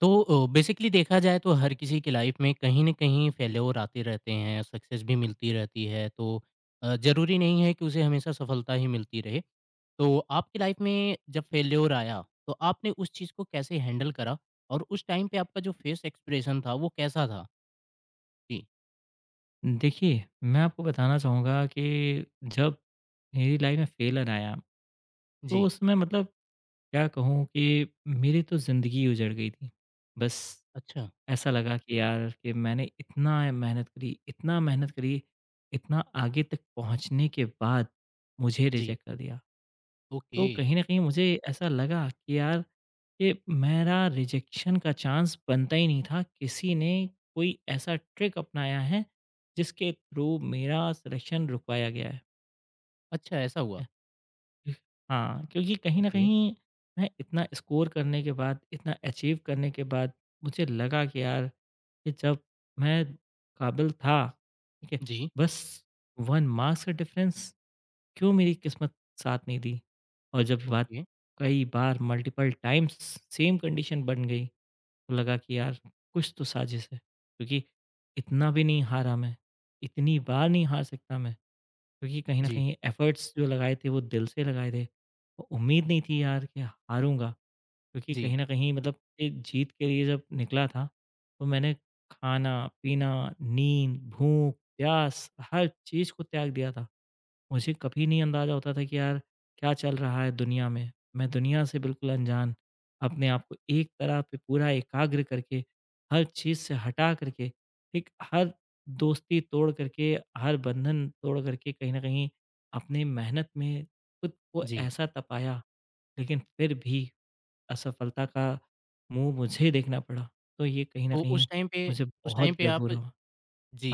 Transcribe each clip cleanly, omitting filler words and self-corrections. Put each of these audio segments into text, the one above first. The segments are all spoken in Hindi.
तो बेसिकली देखा जाए तो हर किसी की लाइफ में कहीं न कहीं फेल्योर आते रहते हैं, सक्सेस भी मिलती रहती है, तो ज़रूरी नहीं है कि उसे हमेशा सफलता ही मिलती रहे। तो आपकी लाइफ में जब फेल्योर आया, तो आपने उस चीज़ को कैसे हैंडल करा? और उस टाइम पे आपका जो फेस एक्सप्रेशन था, वो कैसा था? जी। देखिए, मैं आपको बताना चाहूँगा कि जब मेरी लाइफ़ में फेलियर आया, तो जी। उसमें मतलब क्या कहूँ कि मेरी तो ज़िंदगी उजड़ गई थी। बस अच्छा। ऐसा लगा कि यार कि मैंने इतना मेहनत करी, इतना मेहनत करी, इतना आगे तक पहुँचने के बाद मुझे जी, रिजेक्ट कर दिया। तो ओके। कहीं न कहीं मुझे ऐसा लगा कि यार ये मेरा रिजेक्शन का चांस बनता ही नहीं था। किसी ने कोई ऐसा ट्रिक अपनाया है जिसके थ्रू मेरा सिलेक्शन रुकवाया गया है। अच्छा, ऐसा हुआ। हाँ, क्योंकि कहीं न ओके, कहीं मैं इतना स्कोर करने के बाद, इतना अचीव करने के बाद मुझे लगा कि यार कि जब मैं काबिल था, ठीक है? जी, बस 1 मार्क्स का डिफरेंस क्यों मेरी किस्मत साथ नहीं दी? और जब बात ओके, कई बार मल्टिपल टाइम्स सेम कंडीशन बन गई तो लगा कि यार कुछ तो साजिश है क्योंकि इतना भी नहीं हारा मैं, इतनी बार नहीं हार सकता मैं क्योंकि कहीं ना जी, कहीं एफर्ट्स जो लगाए थे वो दिल से लगाए थे और उम्मीद नहीं थी यार कि हारूंगा क्योंकि जी, कहीं ना कहीं मतलब ये जीत के लिए जब निकला था तो मैंने खाना, पीना, नींद, भूख, प्यास, हर चीज़ को त्याग दिया था। मुझे कभी नहीं अंदाज़ा होता था कि यार क्या चल रहा है दुनिया में। मैं दुनिया से बिल्कुल अनजान, अपने आप को एक तरह पे पूरा एकाग्र करके, हर चीज़ से हटा करके, एक हर दोस्ती तोड़ करके, हर बंधन तोड़ करके कहीं न कहीं अपनी मेहनत में खुद को जी। ऐसा तपाया, लेकिन फिर भी असफलता का मुँह मुझे देखना पड़ा। तो ये कहीं न तो कहीं उस टाइम पे मुझे उस बहुत टाइम पे गिल्ट आप हो रहा हुआ।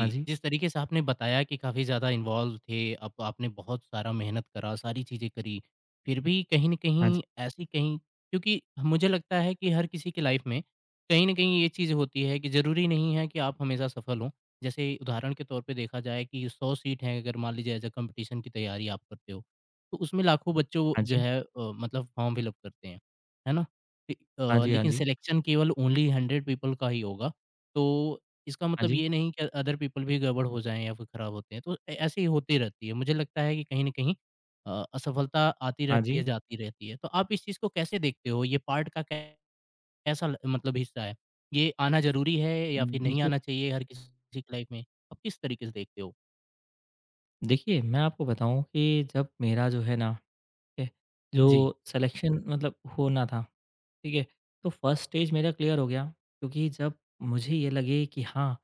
हाँ जी, जिस तरीके से आपने बताया कि काफ़ी ज़्यादा इन्वॉल्व थे, अब आपने बहुत सारा मेहनत करा, सारी चीज़ें करी, फिर भी कहीं न हाँ जी, कहीं ऐसी कहीं क्योंकि मुझे लगता है कि हर किसी की लाइफ़ में कहीं न कहीं ये चीज़ होती है कि ज़रूरी नहीं है कि आप हमेशा सफल हों। जैसे उदाहरण के तौर पे देखा जाए कि 100 सीट हैं, अगर मान लीजिए एज़ अ कॉम्पिटिशन की तैयारी आप करते हो, तो उसमें लाखों बच्चों हाँ जो जी, है मतलब फॉर्म फिल अप करते हैं, है ना? हाँ जी, हाँ लेकिन जी, सिलेक्शन केवल ओनली 100 पीपल का ही होगा। तो इसका हाँ मतलब जी, ये नहीं कि अदर पीपल भी गड़बड़ हो जाएँ या फिर खराब होते हैं, तो ए ऐसे ही होती रहती है। मुझे लगता है कि कहीं न कहीं असफलता आती हाँ रहती जी। है, जाती रहती है। तो आप इस चीज़ को कैसे देखते हो? ये पार्ट का कैसा ल मतलब हिस्सा है? ये आना ज़रूरी है या फिर नहीं देखिए, आना चाहिए हर किसी की लाइफ़ में? आप किस तरीके से देखते हो? देखिए, मैं आपको बताऊँ कि जब मेरा जो है ना, ठीक है, जी। जो सिलेक्शन मतलब होना था, ठीक है, तो फर्स्ट स्टेज मेरा क्लियर हो गया क्योंकि जब मुझे ये लगे कि हाँ,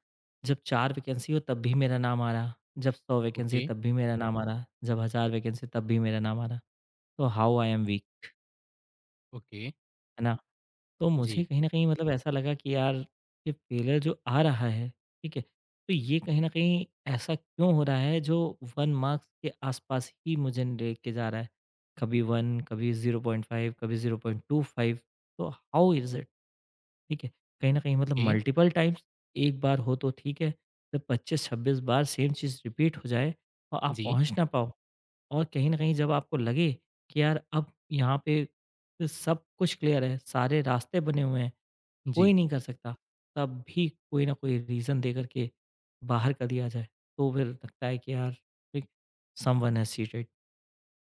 जब 4 वैकेंसी हो तब भी मेरा नाम आ रहा, जब 100 वैकेंसी ओके, हो तब भी मेरा नाम आ रहा, जब 1000 वैकेंसी तब भी मेरा नाम आ रहा, तो how I am weak, okay. है ना? तो मुझे जी। कहीं न कहीं मतलब ऐसा लगा कि यार ये फेलियर जो आ रहा है, ठीक है? तो ये कहीं न कहीं ऐसा क्यों हो रहा है जो 1 मार्क्स के आस-पास ही मुझे लेके जा रहा है? कभी 1, कभी 0.5, कभी 0.25, तो हाउ इज़ इट? ठीक है? कहीं न कहीं मतलब ओके। मल्टीपल टाइम्स, एक बार हो तो ठीक है, जब 25-26 बार सेम चीज़ रिपीट हो जाए और आप जी, पहुँच ना पाओ और कहीं न कहीं जब आपको लगे कि यार अब यहाँ पे सब कुछ क्लियर है, सारे रास्ते बने हुए हैं, कोई जी, नहीं कर सकता, तब भी कोई ना कोई रीज़न दे कर के बाहर कर दिया जाए, तो फिर लगता है कि यार एक, समवन हैज़ चीटेड।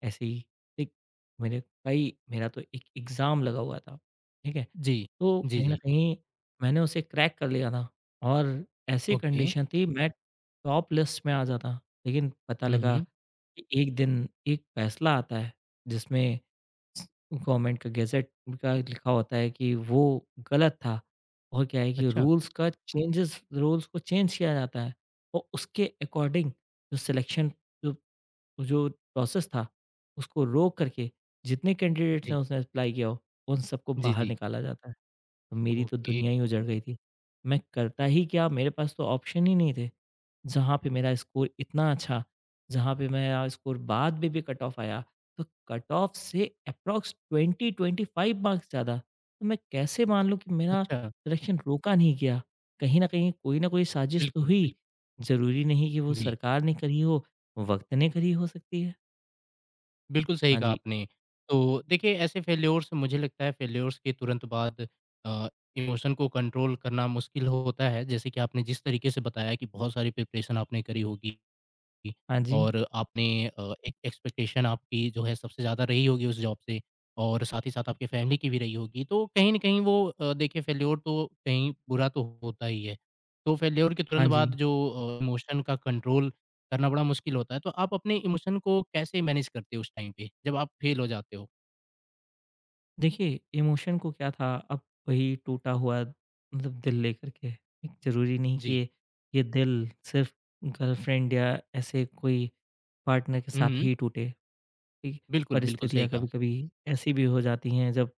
ऐसे ही एक मेरे कई मेरा तो एक एग्ज़ाम लगा हुआ था, ठीक है? जी, तो जी, कहीं न जी। कहीं मैंने उसे क्रैक कर लिया था और ऐसी ओके। कंडीशन थी मैं टॉप लिस्ट में आ जाता, लेकिन पता हुँ, लगा हुँ। कि एक दिन एक फैसला आता है जिसमें गवर्नमेंट का गैज़ेट का लिखा होता है कि वो गलत था और क्या है कि अच्छा। रूल्स को चेंज किया जाता है और उसके अकॉर्डिंग जो सिलेक्शन जो जो प्रोसेस था, उसको रोक करके जितने कैंडिडेट्स जी। ने उसने अप्लाई किया हो, उन सबको जी, बाहर जी। निकाला जाता है। तो मेरी तो ओके। दुनिया ही उजड़ गई थी। मैं करता ही क्या, मेरे पास तो ऑप्शन ही नहीं थे। जहाँ पे मेरा स्कोर इतना अच्छा, जहाँ पे मेरा स्कोर बाद में भी कट ऑफ आया, तो कट ऑफ से अप्रॉक्स 20-25 मार्क्स ज़्यादा, तो मैं कैसे मान लूँ कि मेरा अच्छा। सिलेक्शन रोका नहीं गया? कहीं ना कहीं कोई ना कोई साजिश तो बिल्कुल, हुई। बिल्कुल। ज़रूरी नहीं कि वो जी। सरकार ने करी हो, वक्त ने करी हो सकती है। बिल्कुल सही हाँ कहा जी, आपने। तो देखिए ऐसे फेल्योर्स मुझे लगता है फेल्योर्स के तुरंत बाद अ, इमोशन को कंट्रोल करना मुश्किल होता है। जैसे कि आपने जिस तरीके से बताया कि बहुत सारी प्रिपरेशन आपने करी होगी। की हाँ जी, और आपने एक एक्सपेक्टेशन आपकी जो है सबसे ज़्यादा रही होगी उस जॉब से और साथ ही साथ आपकी फैमिली की भी रही होगी। तो कहीं न कहीं वो देखिए फेल्योर तो कहीं बुरा तो होता ही है। तो फेल्योर के हाँ तुरंत जी। बाद जो इमोशन का कंट्रोल करना बड़ा मुश्किल होता है। तो आप अपने इमोशन को कैसे मैनेज करते हो उस टाइम पे जब आप फेल हो जाते हो? देखिए, इमोशन को क्या था अब वही टूटा हुआ मतलब दिल लेकर के, ज़रूरी नहीं कि जी। ये दिल सिर्फ़ गर्लफ्रेंड या ऐसे कोई पार्टनर के हुँ, साथ हुँ। ही टूटे, ठीक? बिल्कुल, बिल्कुल सही परिस्थितियाँ कहा। कभी-कभी ऐसी भी हो जाती हैं जब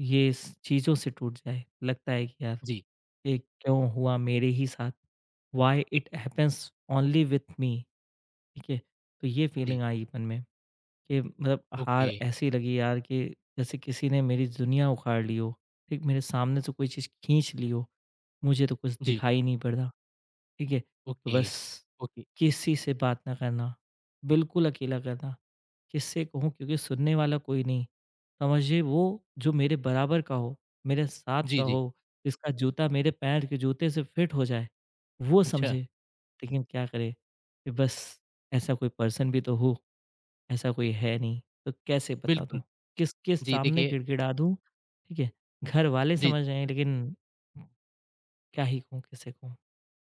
ये स चीज़ों से टूट जाए, लगता है कि यार जी, ये क्यों हुआ मेरे ही साथ? Why it happens only with me? ठीक है? तो ये जी। फीलिंग आई मन में। कि मतलब ओके। हार ऐसी लगी यार कि जैसे किसी ने मेरी दुनिया उखाड़ ली हो, ठीक मेरे सामने से कोई चीज़ खींच ली हो, मुझे तो कुछ जी। दिखाई नहीं पड़ रहा, ठीक है? तो ओके। बस ओके। किसी से बात ना करना, बिल्कुल अकेला करना, किससे कहूँ क्योंकि सुनने वाला कोई नहीं। समझिए वो जो मेरे बराबर का हो, मेरे साथ का जी, जी। हो, जिसका जूता मेरे पैर के जूते से फिट हो जाए, वो अच्छा। समझे, लेकिन क्या करे कि बस ऐसा कोई पर्सन भी तो हो। ऐसा कोई है नहीं, तो कैसे बता दूँ? बिल्कुल। किसके जी सामने देखिए गिड़गिड़ा दूँ, ठीक है? घरवाले जी। समझ जाएँ लेकिन क्या ही कहूँ, किसे कहूँ?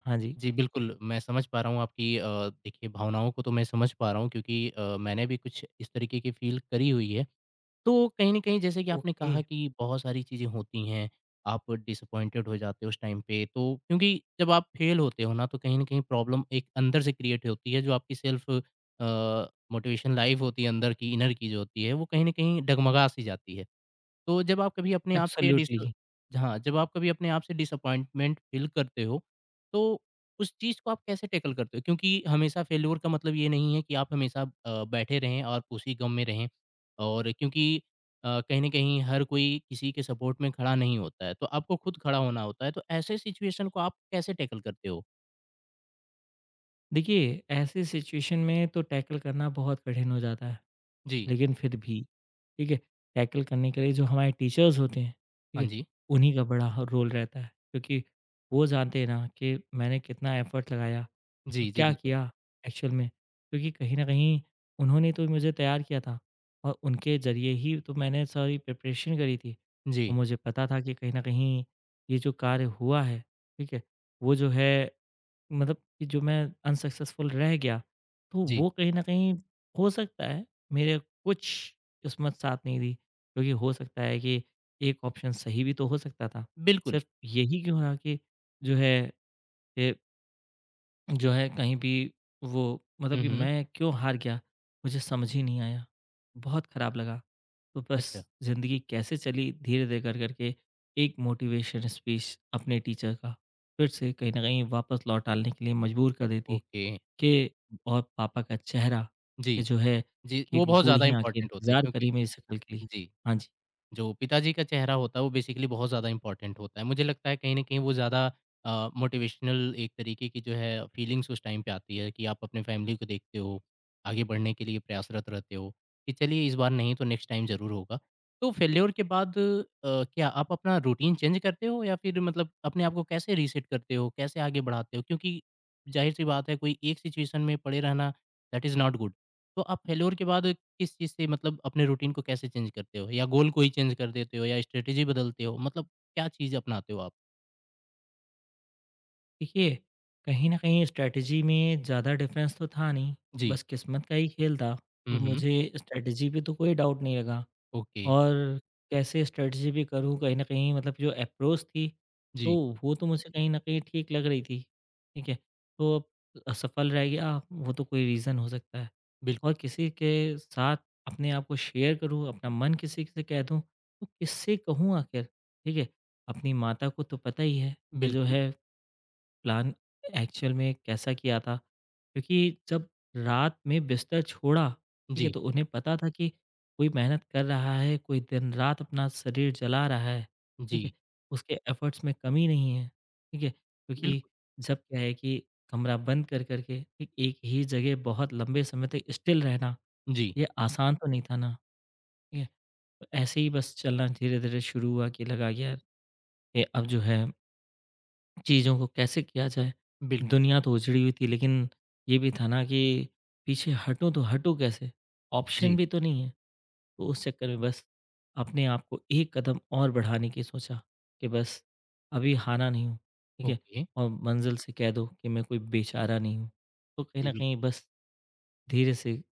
हाँ जी। जी, बिल्कुल, मैं समझ पा रहा हूँ आपकी देखिए भावनाओं को तो मैं समझ पा रहा हूँ क्योंकि मैंने भी कुछ इस तरीके की फ़ील करी हुई है। तो कहीं न कहीं जैसे कि आपने ओके, कहा कि बहुत सारी चीज़ें होती हैं, आप डिसअपॉइंटेड हो जाते हो उस टाइम पे तो क्योंकि जब आप फ़ेल होते हो ना, तो कहीं न कहीं प्रॉब्लम एक अंदर से क्रिएट होती है जो आपकी सेल्फ़ मोटिवेशन लाइफ़ होती है अंदर की, इनर की जो होती है, वो कहीं न कहीं डगमगा-सी जाती है। तो जब आप कभी अपने आप से डिस एब्सोल्यूटली। हाँ, जब आप कभी अपने आप से डिसअपॉइंटमेंट फील करते हो, तो उस चीज़ को आप कैसे टैकल करते हो? क्योंकि हमेशा फेल्योर का मतलब ये नहीं है कि आप हमेशा बैठे रहें और उसी गम में रहें और क्योंकि कहीं न कहीं हर कोई किसी के सपोर्ट में खड़ा नहीं होता है, तो आपको खुद खड़ा होना होता है, तो ऐसे सिचुएशन को आप कैसे टैकल करते हो? देखिए, ऐसे सिचुएशन में तो टैकल करना बहुत कठिन हो जाता है, जी। लेकिन फिर भी, ठीक है, टैकल करने के लिए जो हमारे टीचर्स होते हैं, ठीक हाँ है, जी। उन्हीं का बड़ा ह रोल रहता है क्योंकि वो जानते हैं ना कि मैंने कितना एफर्ट लगाया और जी, जी, क्या बिल्कुल। किया एक्चुअल में क्योंकि कहीं न कहीं उन्होंने तो मुझे तैयार किया था और उनके ज़रिए ही तो मैंने सारी प्रिपरेशन करी थी और जी, मुझे पता था कि कहीं न कहीं ये जो कार्य हुआ है, ठीक है? वो जो है मतलब कि जो मैं अनसक्सेसफुल रह गया, तो जी, वो कहीं न कहीं हो सकता है मेरे कुछ किस्मत साथ नहीं दी क्योंकि हो सकता है कि एक ऑप्शन सही भी तो हो सकता था। बिल्कुल। सिर्फ़ यही क्यों रहा कि जो है ए जो है कहीं भी वो मतलब हुँ, कि हुँ। मैं क्यों हार गया, मुझे समझ ही नहीं आया, बहुत ख़राब लगा, तो बस अच्छा, ज़िंदगी कैसे चली धीरे धीरे कर करके, एक मोटिवेशन स्पीच अपने टीचर का फिर से कहीं ना कहीं वापस लौट डालने के लिए मजबूर कर देती ओके। कि, और पापा का चेहरा कि जी, जो है जी, कि वो बहुत ज़्यादा बूढ़ी आंखें इम्पोर्टेंट होता है इंतज़ार करी क्योंकि मेरी शक्ल के लिए। जी। हाँ जी। जो पिताजी का चेहरा होता है वो बेसिकली बहुत ज़्यादा इम्पोर्टेंट होता है। मुझे लगता है कहीं न कहीं वो ज़्यादा मोटिवेशनल एक तरीके की जो है फीलिंग्स उस टाइम पे आती है कि आप अपने फैमिली को देखते हो, आगे बढ़ने के लिए प्रयासरत रहते हो, कि चलिए इस बार नहीं तो नेक्स्ट टाइम ज़रूर होगा। तो फेल्योर के बाद क्या आप अपना रूटीन चेंज करते हो या फिर मतलब अपने आप को कैसे रीसेट करते हो, कैसे आगे बढ़ाते हो? क्योंकि ज़ाहिर-सी बात है कोई एक सिचुएशन में पड़े रहना दैट इज़ नॉट गुड। तो आप फेल्योर के बाद किस चीज़ से मतलब अपने रूटीन को कैसे चेंज करते हो या गोल को ही चेंज कर देते हो या स्ट्रेटजी बदलते हो मतलब क्या चीज़ अपनाते हो आप? देखिए, कहीं न कहीं स्ट्रैटेजी में ज़्यादा डिफ़रेंस तो था नहीं, जी। बस किस्मत का ही खेल था, तो हुँ, हुँ। मुझे स्ट्रैटेजी पे तो कोई डाउट नहीं लगा ओके। और कैसे स्ट्रैटेजी भी करूँ कहीं न कहीं मतलब जो अप्रोच थी, जी। तो वो तो मुझे कहीं न कहीं ठीक लग रही थी, ठीक है? तो अब असफल रह गया, वो तो कोई रीज़न हो सकता है बिल्कुल, और किसी के साथ अपने आप को शेयर करूँ, अपना मन किसी से कह दूँ, तो किससे कहूँ आखिर? ठीक है? अपनी माता को तो पता ही है कि जो बिल्कुल। है प्लान एक्चुअल में कैसा किया था क्योंकि जब रात में बिस्तर छोड़ा, ठीक है? जी, तो उन्हें पता था कि कोई मेहनत कर रहा है, कोई दिन-रात अपना शरीर जला रहा है, ठीक है? जी। उसके एफर्ट्स में कमी नहीं है, ठीक है? क्योंकि बिल्कुल, जब क्या है कि कमरा बंद कर कर के एक एक ही जगह बहुत लंबे समय तक स्टिल रहना, जी। ये आसान तो नहीं था ना, ठीक है? तो ऐसे ही बस चलना धीरे-धीरे शुरू हुआ कि लगा कि यार ये अब जो है चीज़ों को कैसे किया जाए। बिल्कुल, दुनिया तो उजड़ी हुई थी लेकिन ये भी था ना कि पीछे हटूँ तो हटूँ कैसे? ऑप्शन जी। भी तो नहीं है। तो उस चक्कर में बस अपने आप को एक कदम और बढ़ाने की सोचा कि बस अभी हारा नहीं हूँ, ठीक है? ओके। और मंज़िल से कह दो कि मैं कोई बेचारा नहीं हूँ। तो कहीं जी, न बिल कहीं बस धीरे से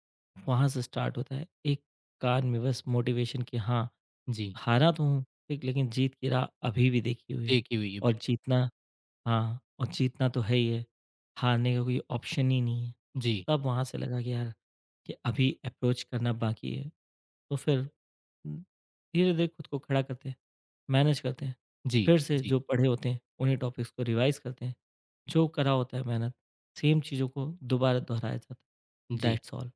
वहाँ से स्टार्ट होता है। एक कान में बस मोटिवेशन कि हाँ, जी। हारा तो हूँ, ठीक, लेकिन जीत की राह अभी भी देखी हुई है देखी हुई है, और बिल्कुल। जीतना, हाँ, और जीतना तो है ही है, हारने का कोई ऑप्शन ही नहीं है। जी, तब वहाँ से लगा कि यार, कि अभी अप्रोच करना बाकी है। तो फिर उम, धीरे-धीरे खुद को खड़ा करते हैं, मैनेज करते हैं। जी, फिर से जी, जो पढ़े होते हैं, उन्हीं टॉपिक्स को रिवाइज़ करते हैं। जो करा होता है मेहनत, सेम चीज़ों को दोबारा दोहराया जाता है। जी। That's all.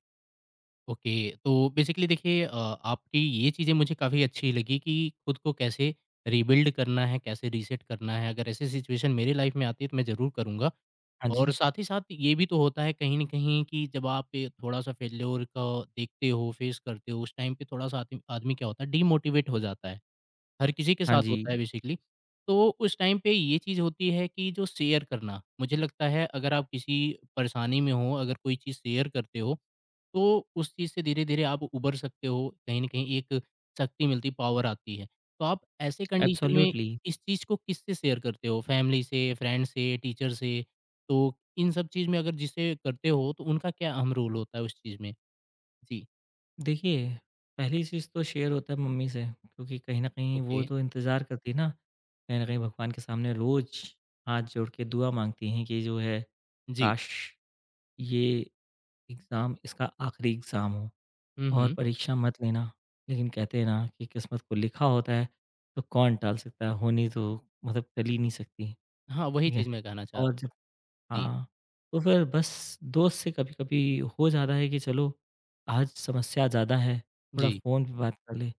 ओके, तो बेसिकली देखिए आपकी ये चीज़ें मुझे काफ़ी अच्छी लगी कि खुद को कैसे रिबिल्ड करना है, कैसे रीसेट करना है। अगर ऐसी सिचुएशन मेरी लाइफ़ में आती है तो मैं ज़रूर करूँगा। हाँ और जी। साथ ही साथ ये भी तो होता है कहीं न कहीं कि जब आप ये थोड़ा-सा फेल्योर को देखते हो, फेस करते हो, उस टाइम पे थोड़ा-सा आदमी आदमी क्या होता है डीमोटिवेट हो जाता है। हर किसी के हाँ साथ जी, होता है बेसिकली। तो उस टाइम पे ये चीज़ होती है कि जो शेयर करना, मुझे लगता है अगर आप किसी परेशानी में हो, अगर कोई चीज़ शेयर करते हो तो उस चीज़ से धीरे-धीरे आप उभर सकते हो, कहीं न कहीं एक शक्ति मिलती, पावर आती है। तो आप ऐसे कंडीशन में एब्सोल्युटली। इस चीज़ को किससे शेयर करते हो? फैमिली से, फ्रेंड से, टीचर से? तो इन सब चीज़ में अगर जिसे करते हो, तो उनका क्या अहम रोल होता है उस चीज़ में? जी, देखिए, पहली चीज़ तो शेयर होता है मम्मी से क्योंकि कहीं न कहीं वो ओके, तो इंतज़ार करती है ना, कहीं न कहीं भगवान के सामने रोज़ हाथ जोड़ के दुआ माँगती हैं कि जो है, जी। काश! ये एग्ज़ाम इसका आखिरी एग्ज़ाम हो हुँ, और हुँ। परीक्षा मत लेना। लेकिन कहते हैं ना कि किस्मत को लिखा होता है, तो कौन टाल सकता है? होनी तो मतलब टल ही नहीं सकती, हाँ, वही ठीक है? चीज़ मैं कहना चाह रहा था। और जी, हाँ, तो फिर बस दोस्त से कभी-कभी हो जाता है कि चलो आज समस्या ज़्यादा है, थोड़ा जी, फ़ोन पे बात कर ले,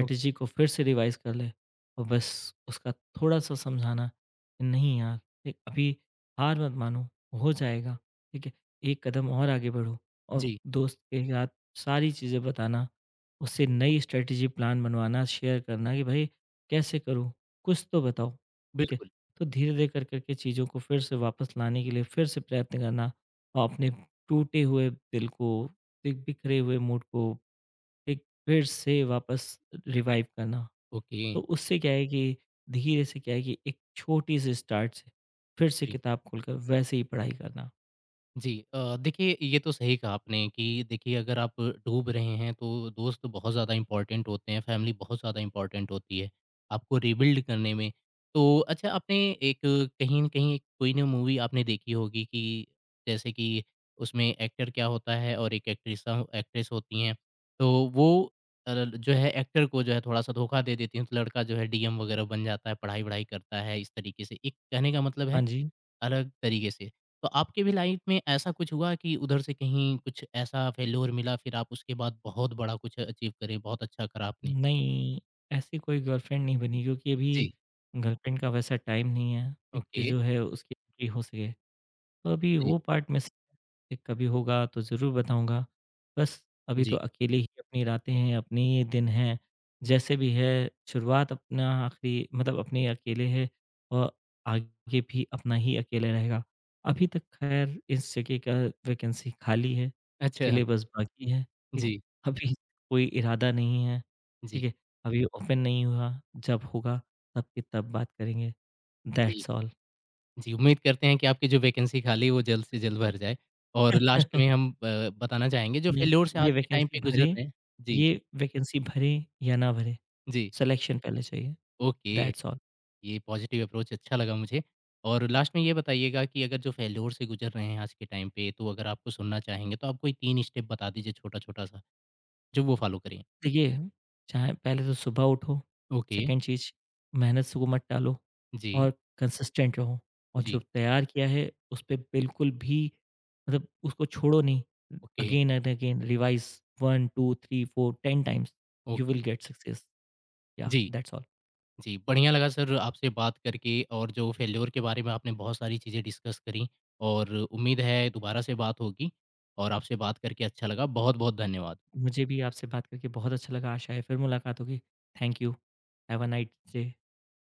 ओके, को फिर से रिवाइज़ कर ले और बस उसका थोड़ा-सा समझाना, कि नहीं यार, अभी हार मत मानो, हो जाएगा, ठीक है? एक कदम और आगे बढ़ो और जी, दोस्त के साथ सारी चीज़ें बताना, उससे नई स्ट्रैटेजी प्लान बनवाना, शेयर करना कि भाई कैसे करूँ? कुछ तो बताओ, ठीक है? बिल्कुल, तो धीरे-धीरे कर करके चीज़ों को फिर से वापस लाने के लिए फिर से प्रयत्न करना और अपने टूटे हुए दिल को, एक बिखरे हुए मूड को एक फिर से वापस रिवाइव करना। ओके। तो उससे क्या है कि धीरे से क्या है कि एक छोटी-सी स्टार्ट से, फिर से जी। किताब खोलकर वैसे ही पढ़ाई करना। जी देखिए ये तो सही कहा आपने कि देखिए अगर आप डूब रहे हैं तो दोस्त बहुत ज़्यादा इम्पोर्टेंट होते हैं, फैमिली बहुत ज़्यादा इम्पोर्टेंट होती है, आपको रिबिल्ड करने में। तो अच्छा आपने एक कहीं न कहीं एक कोई ना मूवी आपने देखी होगी कि जैसे कि उसमें एक्टर क्या होता है और एक एक्ट्रेस होती हैं, तो वो जो है एक्टर को जो है थोड़ा-सा धोखा दे देती हैं, तो लड़का जो है डीएम वग़ैरह बन जाता है, पढ़ाई-वढ़ाई करता है इस तरीके से। एक कहने का मतलब है हाँ जी, अलग तरीके से। तो आपके भी लाइफ में ऐसा कुछ हुआ कि उधर से कहीं कुछ ऐसा फेल्योर मिला फिर आप उसके बाद बहुत बड़ा कुछ अचीव करे, बहुत अच्छा करा आपने? नहीं, ऐसी कोई गर्लफ्रेंड नहीं बनी क्योंकि अभी जी। गर्लफ्रेंड का वैसा टाइम नहीं है, एक कि ओके, जो है उसकी एंट्री हो सके। तो अभी जी, वो पार्ट मिसिंग है। ये कभी होगा तो ज़रूर बताऊँगा। बस अभी तो जी। अकेले ही अपनी रातें हैं, अपने ही दिन हैं, जैसे भी है शुरुआत अपना आखिरी मतलब अपने अकेले है और आगे भी अपना ही अकेले रहेगा। अभी तक खैर इस जगह का वैकेंसी खाली है, अच्छा, सिलेबस बाकी है, ठीक है। जी, अभी कोई इरादा नहीं है, जी, ठीक है। अभी ओपन नहीं हुआ, जब होगा तब की तब बात करेंगे। जी, दैट्स ऑल। जी। उम्मीद करते हैं कि आपकी जो वैकेंसी खाली है वो जल्द से जल्द भर जाए। और लास्ट में हम ब बताना चाहेंगे जो नहीं, फेल्योर से ये आज के टाइम वैकेंसी पे गुज़र भरें रहे हैं जी, ये वैकेंसी भरें या ना भरें, जी, सिलेक्शन पहले चाहिए, ओके। That's all. ये पॉजिटिव अप्रोच अच्छा लगा मुझे। और लास्ट में ये बताइएगा कि अगर जो फेल्योर से गुज़र रहे हैं आज के टाइम पे, तो अगर आपको सुनना चाहेंगे तो आप कोई 3 स्टेप बता दीजिए छोटा-छोटा सा, जो वो फ़ॉलो करें। देखिए, चाहे पहले तो सुबह उठो, ओके, सेकंड चीज़, मेहनत से को मत टालो जी, और कंसिस्टेंट रहो और जो जी, तैयार किया है, उस पे बिल्कुल भी मतलब उसको छोड़ो नहीं। Okay, again and again revise 1, 2, 3, 4 10 times, you okay. Will get success. या जी, दैट्स ऑल। जी, बढ़िया लगा सर आपसे बात करके और जो फेल्योर के बारे में आपने बहुत सारी चीज़ें डिस्कस करी और उम्मीद है दोबारा से बात होगी और आपसे बात करके अच्छा लगा। बहुत-बहुत धन्यवाद। मुझे भी आपसे बात करके बहुत अच्छा लगा, आशा है फिर मुलाकात होगी। Thank you. Have a nice day.